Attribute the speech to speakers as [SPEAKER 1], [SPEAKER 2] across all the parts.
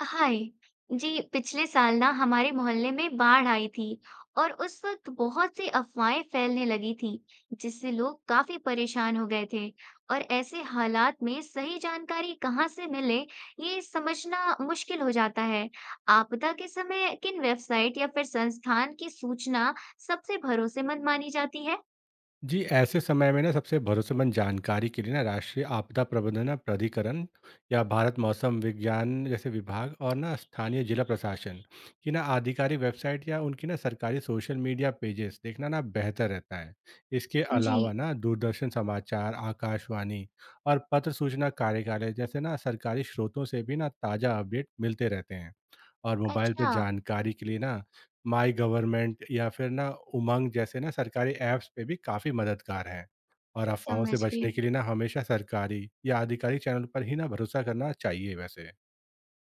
[SPEAKER 1] हाय जी। पिछले साल ना हमारे मोहल्ले में बाढ़ आई थी और उस वक्त बहुत सी अफवाहें फैलने लगी थी जिससे लोग काफी परेशान हो गए थे। और ऐसे हालात में सही जानकारी कहाँ से मिले ये समझना मुश्किल हो जाता है। आपदा के समय किन वेबसाइट या फिर संस्थान की सूचना सबसे भरोसेमंद मानी जाती है?
[SPEAKER 2] जी ऐसे समय में ना सबसे भरोसेमंद जानकारी के लिए ना राष्ट्रीय आपदा प्रबंधन ना प्राधिकरण या भारत मौसम विज्ञान जैसे विभाग और ना स्थानीय जिला प्रशासन की ना आधिकारिक वेबसाइट या उनकी ना सरकारी सोशल मीडिया पेजेस देखना ना बेहतर रहता है। इसके
[SPEAKER 1] जी।
[SPEAKER 2] अलावा ना दूरदर्शन समाचार आकाशवाणी और पत्र सूचना कार्यालय जैसे ना सरकारी स्रोतों से भी ना ताज़ा अपडेट मिलते रहते हैं। और मोबाइल पे
[SPEAKER 1] अच्छा।
[SPEAKER 2] जानकारी के लिए ना माई गवर्नमेंट या फिर ना उमंग जैसे ना सरकारी ऐप्स पे भी काफ़ी मददगार हैं। और अफ़वाहों
[SPEAKER 1] समझ
[SPEAKER 2] से
[SPEAKER 1] गई।
[SPEAKER 2] बचने के लिए ना हमेशा सरकारी या आधिकारिक चैनल पर ही ना भरोसा करना चाहिए वैसे।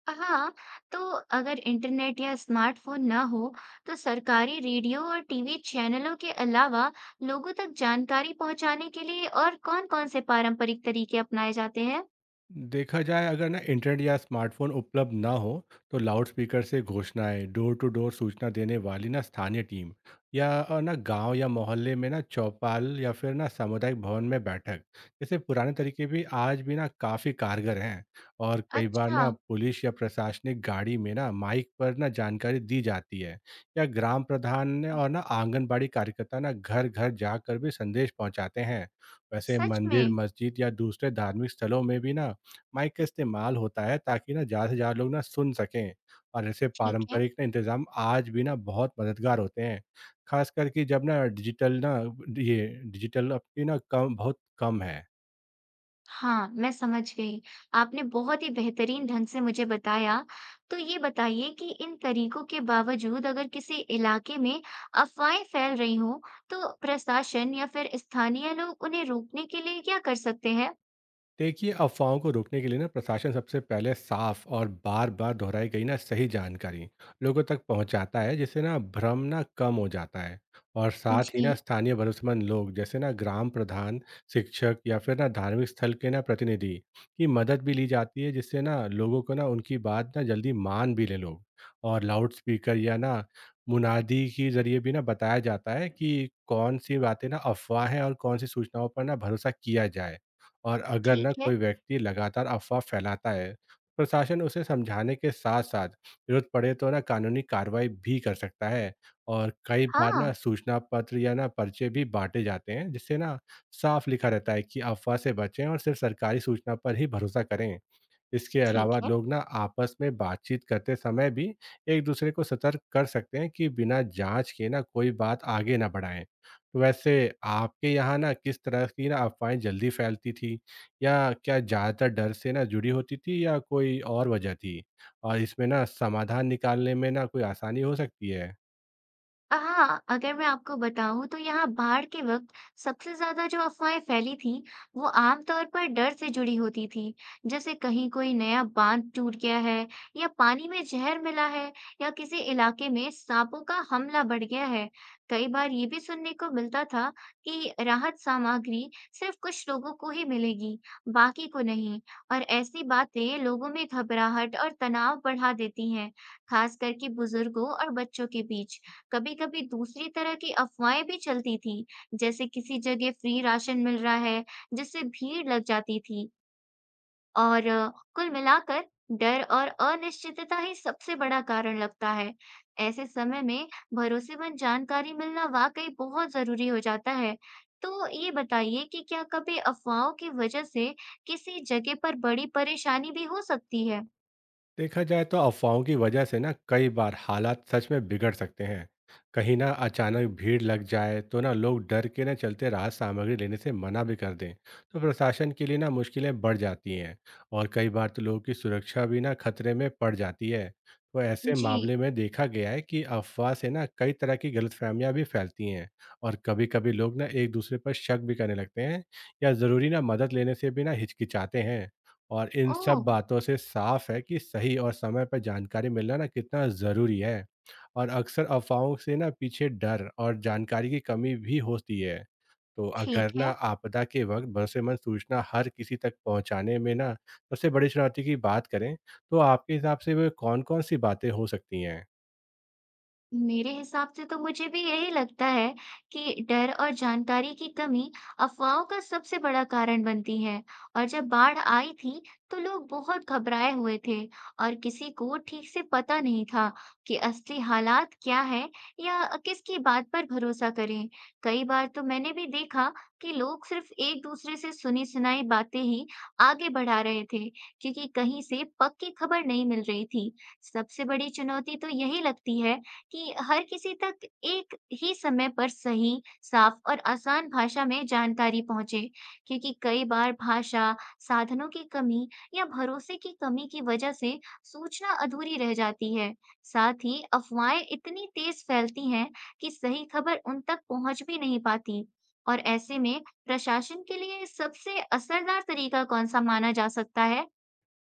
[SPEAKER 1] हाँ, तो अगर इंटरनेट या स्मार्टफोन ना हो, तो सरकारी रेडियो और टीवी चैनलों के अलावा लोगों तक जानकारी पहुंचाने के लिए और कौन-कौन से पारंपरिक तरीके अपनाए जाते हैं?
[SPEAKER 2] देखा जाए अगर ना इंटरनेट या स्मार्टफोन उपलब्ध ना हो तो लाउडस्पीकर से घोषणाएं, डोर टू डोर सूचना देने वाली ना स्थानीय टीम या ना गांव या मोहल्ले में ना चौपाल या फिर ना सामुदायिक भवन में बैठक जैसे पुराने तरीके भी आज भी ना काफ़ी कारगर हैं। और कई बार
[SPEAKER 1] अच्छा।
[SPEAKER 2] ना पुलिस या प्रशासनिक गाड़ी में ना माइक पर ना जानकारी दी जाती है। या ग्राम प्रधान ने और ना आंगनबाड़ी कार्यकर्ता ना घर घर जाकर भी संदेश पहुंचाते हैं। वैसे
[SPEAKER 1] सच
[SPEAKER 2] मंदिर,
[SPEAKER 1] में?
[SPEAKER 2] मस्जिद या दूसरे धार्मिक स्थलों में भी ना माइक का इस्तेमाल होता है ताकि ना ज़्यादा से ज़्यादा लोग ना सुन सकें। और ऐसे
[SPEAKER 1] ठीक है।
[SPEAKER 2] पारंपरिक ना इंतज़ाम आज भी ना बहुत मददगार होते हैं। ख़ास करके जब ना डिजिटल ना ये डिजिटल अब की ना कम बहुत कम है।
[SPEAKER 1] हाँ, मैं समझ गई। आपने बहुत ही बेहतरीन ढंग से मुझे बताया। तो ये बताइए कि इन तरीकों के बावजूद अगर किसी इलाके में अफवाहें फैल रही हों, तो प्रशासन या फिर स्थानीय लोग उन्हें रोकने के लिए क्या कर सकते हैं?
[SPEAKER 2] देखिए, अफवाहों को रोकने के लिए ना प्रशासन सबसे पहले साफ और बार बार दोहराई गई ना सही जानकारी लोगों तक पहुंचाता है, जिससे ना भ्रम ना कम हो जाता है। और साथ ही
[SPEAKER 1] जी।
[SPEAKER 2] ना स्थानीय भरोसेमंद लोग जैसे ना ग्राम प्रधान, शिक्षक या फिर ना धार्मिक स्थल के ना प्रतिनिधि की मदद भी ली जाती है, जिससे ना लोगों को ना उनकी बात ना जल्दी मान भी ले लोग। और लाउड स्पीकर या ना मुनादी के जरिए भी ना बताया जाता है कि कौन सी बातें ना अफवाह है और कौन सी सूचनाओं पर ना भरोसा किया जाए। और अगर ना
[SPEAKER 1] ठीक है।
[SPEAKER 2] कोई व्यक्ति लगातार अफवाह फैलाता है, प्रशासन उसे समझाने के साथ साथ जरूरत पड़े तो ना कानूनी कार्रवाई भी कर सकता है। और कई बार
[SPEAKER 1] हाँ,
[SPEAKER 2] ना सूचना पत्र या ना पर्चे भी बांटे जाते हैं, जिससे ना साफ लिखा रहता है कि अफवाह से बचें और सिर्फ सरकारी सूचना पर ही भरोसा करें। इसके
[SPEAKER 1] ठीक
[SPEAKER 2] अलावा
[SPEAKER 1] है।
[SPEAKER 2] लोग ना आपस में बातचीत करते समय भी एक दूसरे को सतर्क कर सकते हैं कि बिना जांच के ना कोई बात आगे ना बढ़ाएं। तो वैसे, आपके यहाँ ना किस तरह की ना अफवाहें जल्दी फैलती थी? या क्या ज़्यादातर डर से ना जुड़ी होती थी या कोई और वजह थी, और इसमें ना समाधान निकालने में ना कोई आसानी हो सकती है?
[SPEAKER 1] हाँ, अगर मैं आपको बताऊँ तो यहाँ बाढ़ के वक़्त सबसे ज़्यादा जो अफ़वाहें फैली थीं, वो आम तौर पर डर से जुड़ी होती थीं। जैसे कहीं कोई नया बाँध टूट गया है या पानी में ज़हर मिला है या किसी इलाके में साँपों का हमला बढ़ गया है। कई बार ये भी सुनने को मिलता था कि राहत सामग्री सिर्फ़ कुछ लोगों को ही मिलेगी, बाकी को नहीं। और ऐसी बातें लोगों में घबराहट और तनाव बढ़ा देती हैं, ख़ास करके बुज़ुर्गों और बच्चों के बीच। कभी-कभी दूसरी तरह की अफ़वाहें भी चलती थी, जैसे किसी जगह फ्री राशन मिल रहा है, जिससे भीड़ लग जाती थी। और अ, कुल मिलाकर डर और अनिश्चितता ही सबसे बड़ा कारण लगता है। ऐसे समय में भरोसेमंद जानकारी मिलना वाक़ई बहुत ज़रूरी हो जाता है। तो ये बताइए कि क्या कभी अफ़वाहों की वजह से किसी जगह पर बड़ी परेशानी भी हो सकती है?
[SPEAKER 2] देखा जाए तो अफवाहों की वजह से ना कई बार हालात सच में बिगड़ सकते हैं। कहीं ना अचानक भीड़ लग जाए तो ना लोग डर के ना चलते राहत सामग्री लेने से मना भी कर दें, तो प्रशासन के लिए ना मुश्किलें बढ़ जाती हैं। और कई बार तो लोगों की सुरक्षा भी ना खतरे में पड़ जाती है। तो ऐसे
[SPEAKER 1] जी।
[SPEAKER 2] मामले में देखा गया है कि अफवाह से ना कई तरह की गलतफहमियां भी फैलती हैं। और कभी कभी लोग ना एक दूसरे पर शक भी करने लगते हैं या ज़रूरी ना मदद लेने से भी ना हिचकिचाते हैं। और इन
[SPEAKER 1] ओह!
[SPEAKER 2] सब बातों से साफ है कि सही और समय पर जानकारी मिलना ना कितना ज़रूरी है। और अक्सर अफवाहों से ना पीछे डर और जानकारी की कमी भी होती है। तो
[SPEAKER 1] ठीक
[SPEAKER 2] अगर ना
[SPEAKER 1] है।
[SPEAKER 2] आपदा के वक्त भरोसेमंद सूचना हर किसी तक पहुंचाने में ना सबसे बड़ी चुनौती की बात करें, तो आपके हिसाब से वे कौन-कौन सी बातें हो सकती हैं?
[SPEAKER 1] मेरे हिसाब से तो मुझे भी यही लगता है कि डर और जानकारी की कमी अफवाहों का सबसे बड़ा कारण बनती है। और जब बाढ़ आई थी तो लोग बहुत घबराए हुए थे और किसी को ठीक से पता नहीं था कि असली हालात क्या है या किसकी बात पर भरोसा करें। कई बार तो मैंने भी देखा कि लोग सिर्फ एक दूसरे से सुनी सुनाई बातें ही आगे बढ़ा रहे थे क्योंकि कहीं से पक्की खबर नहीं मिल रही थी। सबसे बड़ी चुनौती तो यही लगती है कि हर किसी तक एक ही समय पर सही, साफ और आसान भाषा में जानकारी पहुंचे, क्योंकि कई बार भाषा, साधनों की कमी या भरोसे की कमी की वजह से सूचना अधूरी रह जाती है। साथ ही अफवाहें इतनी तेज फैलती हैं कि सही खबर उन तक पहुंच भी नहीं पाती। और ऐसे में प्रशासन के लिए सबसे असरदार तरीका कौन सा माना जा सकता है?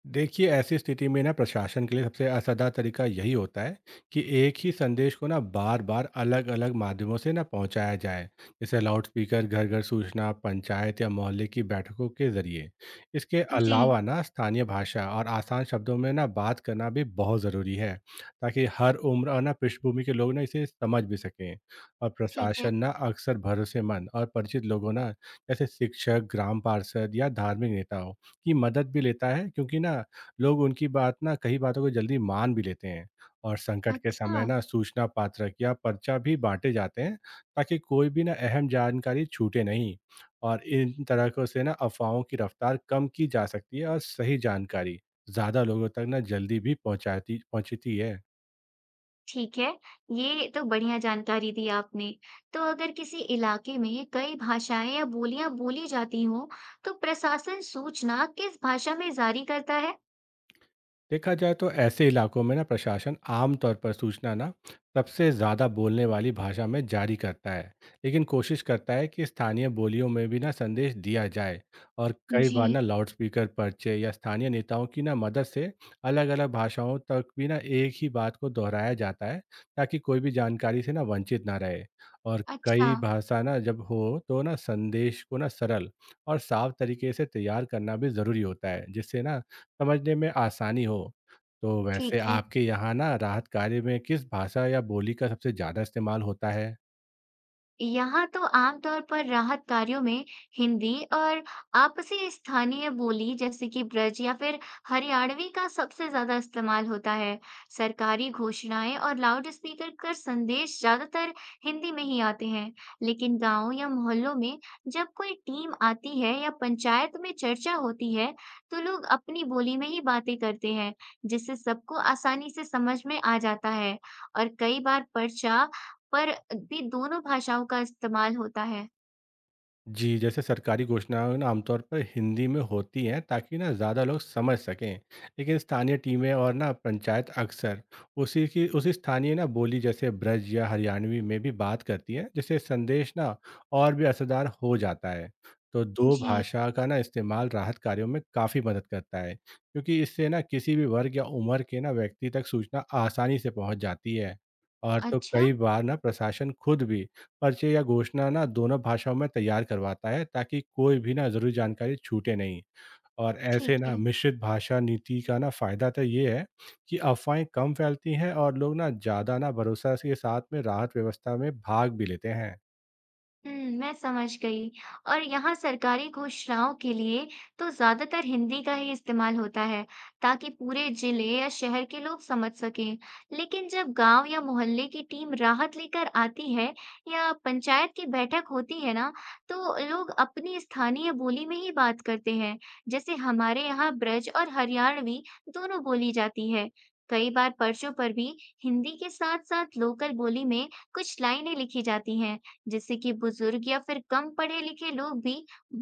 [SPEAKER 2] देखिए, ऐसी स्थिति में ना प्रशासन के लिए सबसे असरदार तरीका यही होता है कि एक ही संदेश को ना बार बार अलग अलग माध्यमों से ना पहुंचाया जाए, जैसे लाउडस्पीकर, घर घर सूचना, पंचायत या मोहल्ले की बैठकों के जरिए। इसके
[SPEAKER 1] जी।
[SPEAKER 2] अलावा ना स्थानीय भाषा और आसान शब्दों में ना बात करना भी बहुत ज़रूरी है ताकि हर उम्र और ना पृष्ठभूमि के लोग ना इसे समझ भी सकें। और
[SPEAKER 1] ठीक है,
[SPEAKER 2] प्रशासन ना अक्सर भरोसेमंद और परिचित लोगों ना जैसे शिक्षक, ग्राम पार्षद या धार्मिक नेता की मदद भी लेता है, क्योंकि ना लोग उनकी बात ना कई बातों को जल्दी मान भी लेते हैं। और संकट के
[SPEAKER 1] अच्छा।
[SPEAKER 2] समय ना सूचना पात्रक या पर्चा भी बांटे जाते हैं ताकि कोई भी ना अहम जानकारी छूटे नहीं। और इन तरह से ना अफवाहों की रफ्तार कम की जा सकती है और सही जानकारी ज़्यादा लोगों तक ना जल्दी भी पहुंचाती पहुंचती है।
[SPEAKER 1] ठीक है, ये तो बढ़िया जानकारी दी आपने। तो अगर किसी इलाके में कई भाषाएं या बोलियां बोली जाती हों, तो प्रशासन सूचना किस भाषा में जारी करता है?
[SPEAKER 2] देखा जाए तो ऐसे इलाकों में ना प्रशासन आमतौर पर सूचना ना सबसे ज़्यादा बोलने वाली भाषा में जारी करता है, लेकिन कोशिश करता है कि स्थानीय बोलियों में भी ना संदेश दिया जाए। और कई बार ना
[SPEAKER 1] जी।
[SPEAKER 2] लाउडस्पीकर, पर्चे या स्थानीय नेताओं की ना मदद से अलग अलग भाषाओं तक भी ना एक ही बात को दोहराया जाता है ताकि कोई भी जानकारी से ना वंचित ना रहे। और
[SPEAKER 1] अच्छा।
[SPEAKER 2] कई भाषा ना जब हो तो ना संदेश को ना सरल और साफ तरीके से तैयार करना भी ज़रूरी होता है, जिससे ना समझने में आसानी हो। तो वैसे,
[SPEAKER 1] ठीक है।
[SPEAKER 2] आपके यहाँ ना राहत कार्य में किस भाषा या बोली का सबसे ज़्यादा इस्तेमाल होता है?
[SPEAKER 1] यहाँ तो आमतौर पर राहत कार्यों में हिंदी और आपसी स्थानीय बोली जैसे कि ब्रज या फिर हरियाणवी का सबसे ज्यादा इस्तेमाल होता है। सरकारी घोषणाएं और लाउड स्पीकर पर संदेश ज्यादातर हिंदी में ही आते हैं, लेकिन गांव या मोहल्लों में जब कोई टीम आती है या पंचायत में चर्चा होती है, तो लोग अपनी बोली में ही बातें करते हैं, जिससे सबको आसानी से समझ में आ जाता है। और कई बार पर्चा पर भी दोनों भाषाओं का इस्तेमाल होता है।
[SPEAKER 2] जी, जैसे सरकारी घोषणाएँ ना आमतौर पर हिंदी में होती हैं ताकि ना ज़्यादा लोग समझ सकें। लेकिन स्थानीय टीमें और ना पंचायत अक्सर उसी स्थानीय ना बोली जैसे ब्रज या हरियाणवी में भी बात करती हैं, जिससे संदेश ना और भी असरदार हो जाता है। तो 2
[SPEAKER 1] जी।
[SPEAKER 2] भाषा का ना इस्तेमाल राहत कार्यों में काफ़ी मदद करता है, क्योंकि इससे ना किसी भी वर्ग या उम्र के ना व्यक्ति तक सूचना आसानी से पहुँच जाती है। और तो
[SPEAKER 1] अच्छा।
[SPEAKER 2] कई बार ना प्रशासन खुद भी पर्चे या घोषणा ना दोनों भाषाओं में तैयार करवाता है ताकि कोई भी ना ज़रूरी जानकारी छूटे नहीं। और ऐसे
[SPEAKER 1] ठीक
[SPEAKER 2] ना
[SPEAKER 1] है।
[SPEAKER 2] मिश्रित भाषा नीति का ना फायदा तो ये है कि अफवाहें कम फैलती हैं और लोग ना ज़्यादा ना भरोसा के साथ में राहत व्यवस्था में भाग भी लेते हैं।
[SPEAKER 1] हुँ, मैं समझ गई। और यहाँ सरकारी घोषणाओं के लिए तो ज़्यादातर हिंदी का ही इस्तेमाल होता है, ताकि पूरे जिले या शहर के लोग समझ सकें। लेकिन जब गांव या मोहल्ले की टीम राहत लेकर आती है या पंचायत की बैठक होती है ना, तो लोग अपनी स्थानीय बोली में ही बात करते हैं। जैसे हमारे यहाँ ब्रज और हरियाणवी दोनों बोली जाती है। कई बार पर्चों पर भी हिंदी के साथ-साथ लोकल बोली में कुछ लाइनें लिखी जाती हैं। जिससे कि बुजुर्ग या फिर कम पढ़े लिखे लोग भी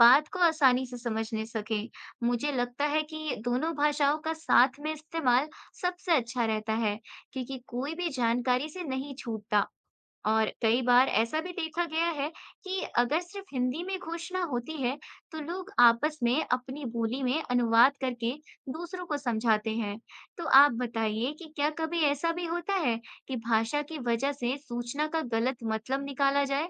[SPEAKER 1] बात को आसानी से समझने सकें। मुझे लगता है कि दोनों भाषाओं का साथ में इस्तेमाल सबसे अच्छा रहता है, क्योंकि कोई भी जानकारी से नहीं छूटता। और कई बार ऐसा भी देखा गया है कि अगर सिर्फ हिंदी में घोषणा होती है, तो लोग आपस में अपनी बोली में अनुवाद करके दूसरों को समझाते हैं। तो आप बताइए कि क्या कभी ऐसा भी होता है कि भाषा की वजह से सूचना का गलत मतलब निकाला जाए?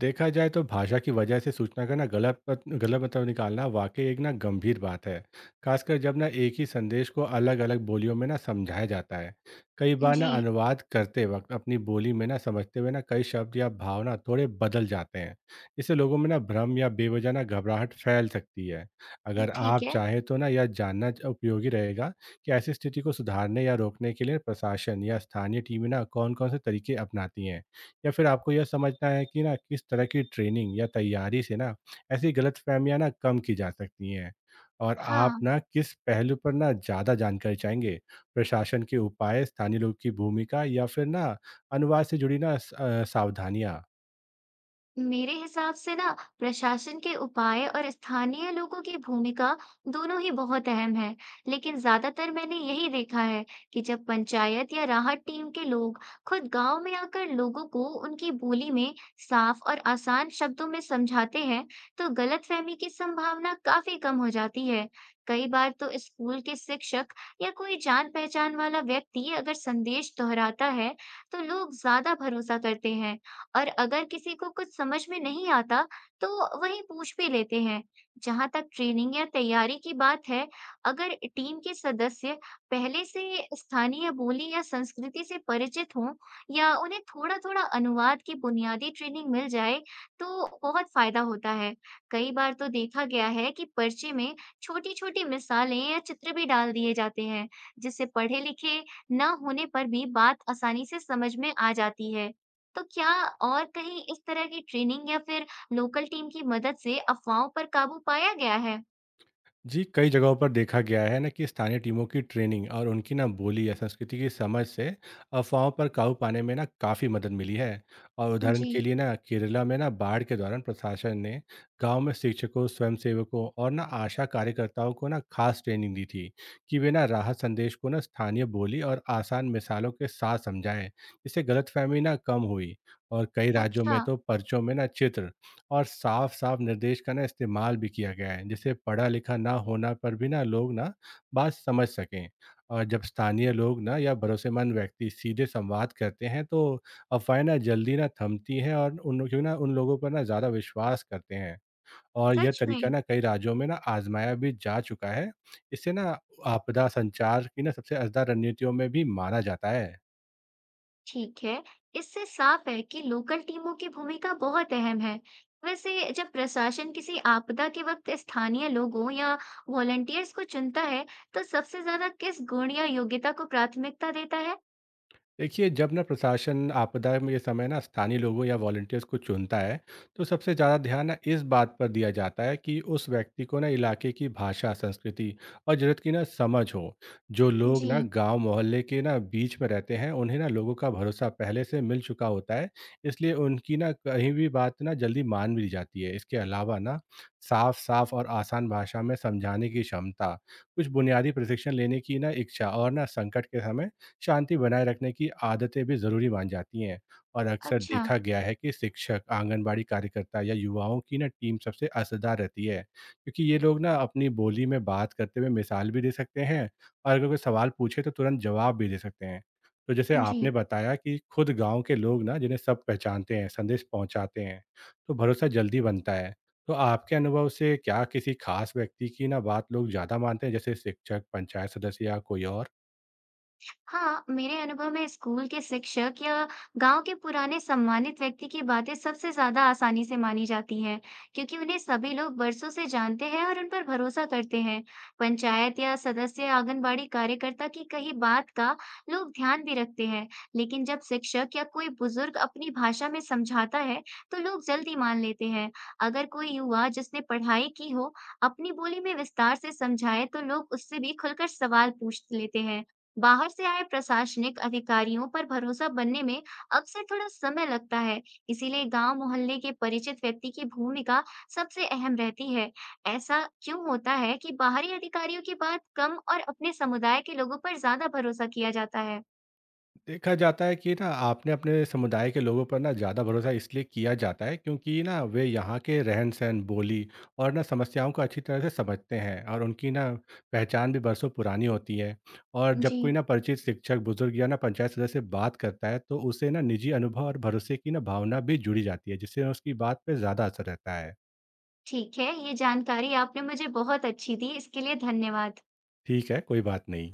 [SPEAKER 2] देखा जाए तो भाषा की वजह से सूचना का ना गलत मतलब निकालना वाकई एक ना गंभीर बात है। खासकर जब ना एक ही संदेश को अलग अलग बोलियों में ना समझाया जाता है। कई बार
[SPEAKER 1] जी।
[SPEAKER 2] ना अनुवाद करते वक्त अपनी बोली में ना समझते हुए ना कई शब्द या भावना थोड़े बदल जाते हैं। इससे लोगों में ना भ्रम या बेवजह ना घबराहट फैल सकती है। अगर
[SPEAKER 1] ठीक
[SPEAKER 2] आप
[SPEAKER 1] है।
[SPEAKER 2] चाहें तो ना यह जानना उपयोगी रहेगा कि ऐसी स्थिति को सुधारने या रोकने के लिए प्रशासन या स्थानीय टीमें ना कौन कौन से तरीके अपनाती हैं, या फिर आपको यह समझना है कि ना किस तरह की ट्रेनिंग या तैयारी से ना ऐसी गलतफ़हमियाँ ना कम की जा सकती हैं? और राइट। आप
[SPEAKER 1] हाँ,
[SPEAKER 2] ना किस पहलू पर ना ज़्यादा जानकारी चाहेंगे? प्रशासन के उपाय, स्थानीय लोगों की भूमिका, या फिर ना अनुवाद से जुड़ी ना सावधानियाँ?
[SPEAKER 1] मेरे हिसाब से ना प्रशासन के उपाय और स्थानीय लोगों की भूमिका दोनों ही बहुत अहम है। लेकिन ज्यादातर मैंने यही देखा है कि जब पंचायत या राहत टीम के लोग खुद गांव में आकर लोगों को उनकी बोली में साफ और आसान शब्दों में समझाते हैं तो गलतफहमी की संभावना काफी कम हो जाती है। कई बार तो स्कूल के शिक्षक या कोई जान पहचान वाला व्यक्ति अगर संदेश दोहराता है तो लोग ज्यादा भरोसा करते हैं, और अगर किसी को कुछ समझ में नहीं आता, तो वहीं पूछ भी लेते हैं। जहाँ तक ट्रेनिंग या तैयारी की बात है, अगर टीम के सदस्य पहले से स्थानीय बोली या संस्कृति से परिचित हों या उन्हें थोड़ा-थोड़ा अनुवाद की बुनियादी ट्रेनिंग मिल जाए, तो बहुत फायदा होता है। कई बार तो देखा गया है कि पर्चे में छोटी-छोटी मिसालें या चित्र भी डाल दिए जाते हैं, जिससे पढ़े-लिखे ना होने पर भी बात आसानी से समझ में आ जाती है। तो क्या और कहीं इस तरह की ट्रेनिंग या फिर लोकल टीम की मदद से अफ़वाहों पर काबू पाया गया है?
[SPEAKER 2] जी, कई जगहों पर देखा गया है ना कि स्थानीय टीमों की ट्रेनिंग और उनकी ना बोली या संस्कृति की समझ से अफवाहों पर काबू पाने में ना काफ़ी मदद मिली है। और उदाहरण
[SPEAKER 1] जी।
[SPEAKER 2] के लिए ना केरला में ना बाढ़ के दौरान प्रशासन ने गांव में शिक्षकों, स्वयंसेवकों और ना आशा कार्यकर्ताओं को ना खास ट्रेनिंग दी थी कि वे ना राहत संदेश को ना स्थानीय बोली और आसान मिसालों के साथ समझाएं, जिससे गलतफहमी ना कम हुई। और कई राज्यों
[SPEAKER 1] अच्छा।
[SPEAKER 2] में तो पर्चों में ना चित्र और साफ-साफ निर्देश का ना इस्तेमाल भी किया गया है, जिससे पढ़ा-लिखा ना होना पर भी ना लोग ना बात समझ सकें। और जब स्थानीय लोग ना या भरोसेमंद व्यक्ति सीधे संवाद करते हैं, तो अफ़वाहें ना जल्दी ना थमती हैं और उन लोगों पर ना ज़्यादा विश्वास करते हैं। और यह
[SPEAKER 1] सच में?
[SPEAKER 2] तरीका ना कई राज्यों में ना आज़माया भी जा चुका है। इससे ना आपदा संचार की ना सबसे असदा रणनीतियों में भी माना जाता है।
[SPEAKER 1] ठीक है, इससे साफ है कि लोकल टीमों की भूमिका बहुत अहम है। वैसे जब प्रशासन किसी आपदा के वक्त स्थानीय लोगों या वॉलंटियर्स को चुनता है, तो सबसे ज्यादा किस गुण या योग्यता को प्राथमिकता देता है?
[SPEAKER 2] देखिए, जब ना प्रशासन आपदा में ये समय ना स्थानीय लोगों या वॉलंटियर्स को चुनता है, तो सबसे ज़्यादा ध्यान ना इस बात पर दिया जाता है कि उस व्यक्ति को ना इलाके की भाषा, संस्कृति और ज़रूरत की ना समझ हो। जो लोग
[SPEAKER 1] जी।
[SPEAKER 2] ना गांव मोहल्ले के ना बीच में रहते हैं, उन्हें ना लोगों का भरोसा पहले से मिल चुका होता है, इसलिए उनकी ना कहीं भी बात ना जल्दी मान भी ली जाती है। इसके अलावा ना साफ साफ और आसान भाषा में समझाने की क्षमता, कुछ बुनियादी प्रशिक्षण लेने की ना इच्छा, और ना संकट के समय शांति बनाए रखने की आदतें भी ज़रूरी मान जाती हैं। और अक्सर
[SPEAKER 1] अच्छा।
[SPEAKER 2] देखा गया है कि शिक्षक, आंगनबाड़ी कार्यकर्ता या युवाओं की ना टीम सबसे असरदार रहती है, क्योंकि ये लोग ना अपनी बोली में बात करते हुए मिसाल भी दे सकते हैं और अगर कोई सवाल पूछे तो तुरंत जवाब भी दे सकते हैं। तो जैसे
[SPEAKER 1] जी।
[SPEAKER 2] आपने बताया कि खुद गांव के लोग ना जिन्हें सब पहचानते हैं, संदेश पहुंचाते हैं, तो भरोसा जल्दी बनता है। तो आपके अनुभव से क्या किसी खास व्यक्ति की ना बात लोग ज़्यादा मानते हैं, जैसे शिक्षक, पंचायत सदस्य या कोई और?
[SPEAKER 1] हाँ, मेरे अनुभव में स्कूल के शिक्षक या गांव के पुराने सम्मानित व्यक्ति की बातें सबसे ज्यादा आसानी से मानी जाती हैं क्योंकि उन्हें सभी लोग बरसों से जानते हैं और उन पर भरोसा करते हैं। पंचायत या सदस्य या आंगनबाड़ी कार्यकर्ता की कही बात का लोग ध्यान भी रखते हैं। लेकिन जब शिक्षक या कोई बुजुर्ग अपनी भाषा में समझाता है तो लोग जल्दी मान लेते हैं। अगर कोई युवा जिसने पढ़ाई की हो अपनी बोली में विस्तार से समझाए तो लोग उससे भी खुलकर सवाल पूछ लेते हैं। बाहर से आए प्रशासनिक अधिकारियों पर भरोसा बनने में अक्सर थोड़ा समय लगता है, इसीलिए गांव मोहल्ले के परिचित व्यक्ति की भूमिका सबसे अहम रहती है। ऐसा क्यों होता है कि बाहरी अधिकारियों की बात कम और अपने समुदाय के लोगों पर ज्यादा भरोसा किया जाता है?
[SPEAKER 2] देखा जाता है कि ना आपने अपने समुदाय के लोगों पर ना ज़्यादा भरोसा इसलिए किया जाता है, क्योंकि ना वे यहाँ के रहन-सहन, बोली और ना समस्याओं को अच्छी तरह से समझते हैं और उनकी ना पहचान भी बरसों पुरानी होती है। और
[SPEAKER 1] जी।
[SPEAKER 2] जब कोई ना परिचित शिक्षक, बुज़ुर्ग या ना पंचायत सदस्य बात करता है, तो उसे ना निजी अनुभव और भरोसे की ना भावना भी जुड़ी जाती है, जिससे उसकी बात पे ज़्यादा असर रहता है।
[SPEAKER 1] ठीक है, ये जानकारी आपने मुझे बहुत अच्छी दी, इसके लिए धन्यवाद।
[SPEAKER 2] ठीक है, कोई बात नहीं।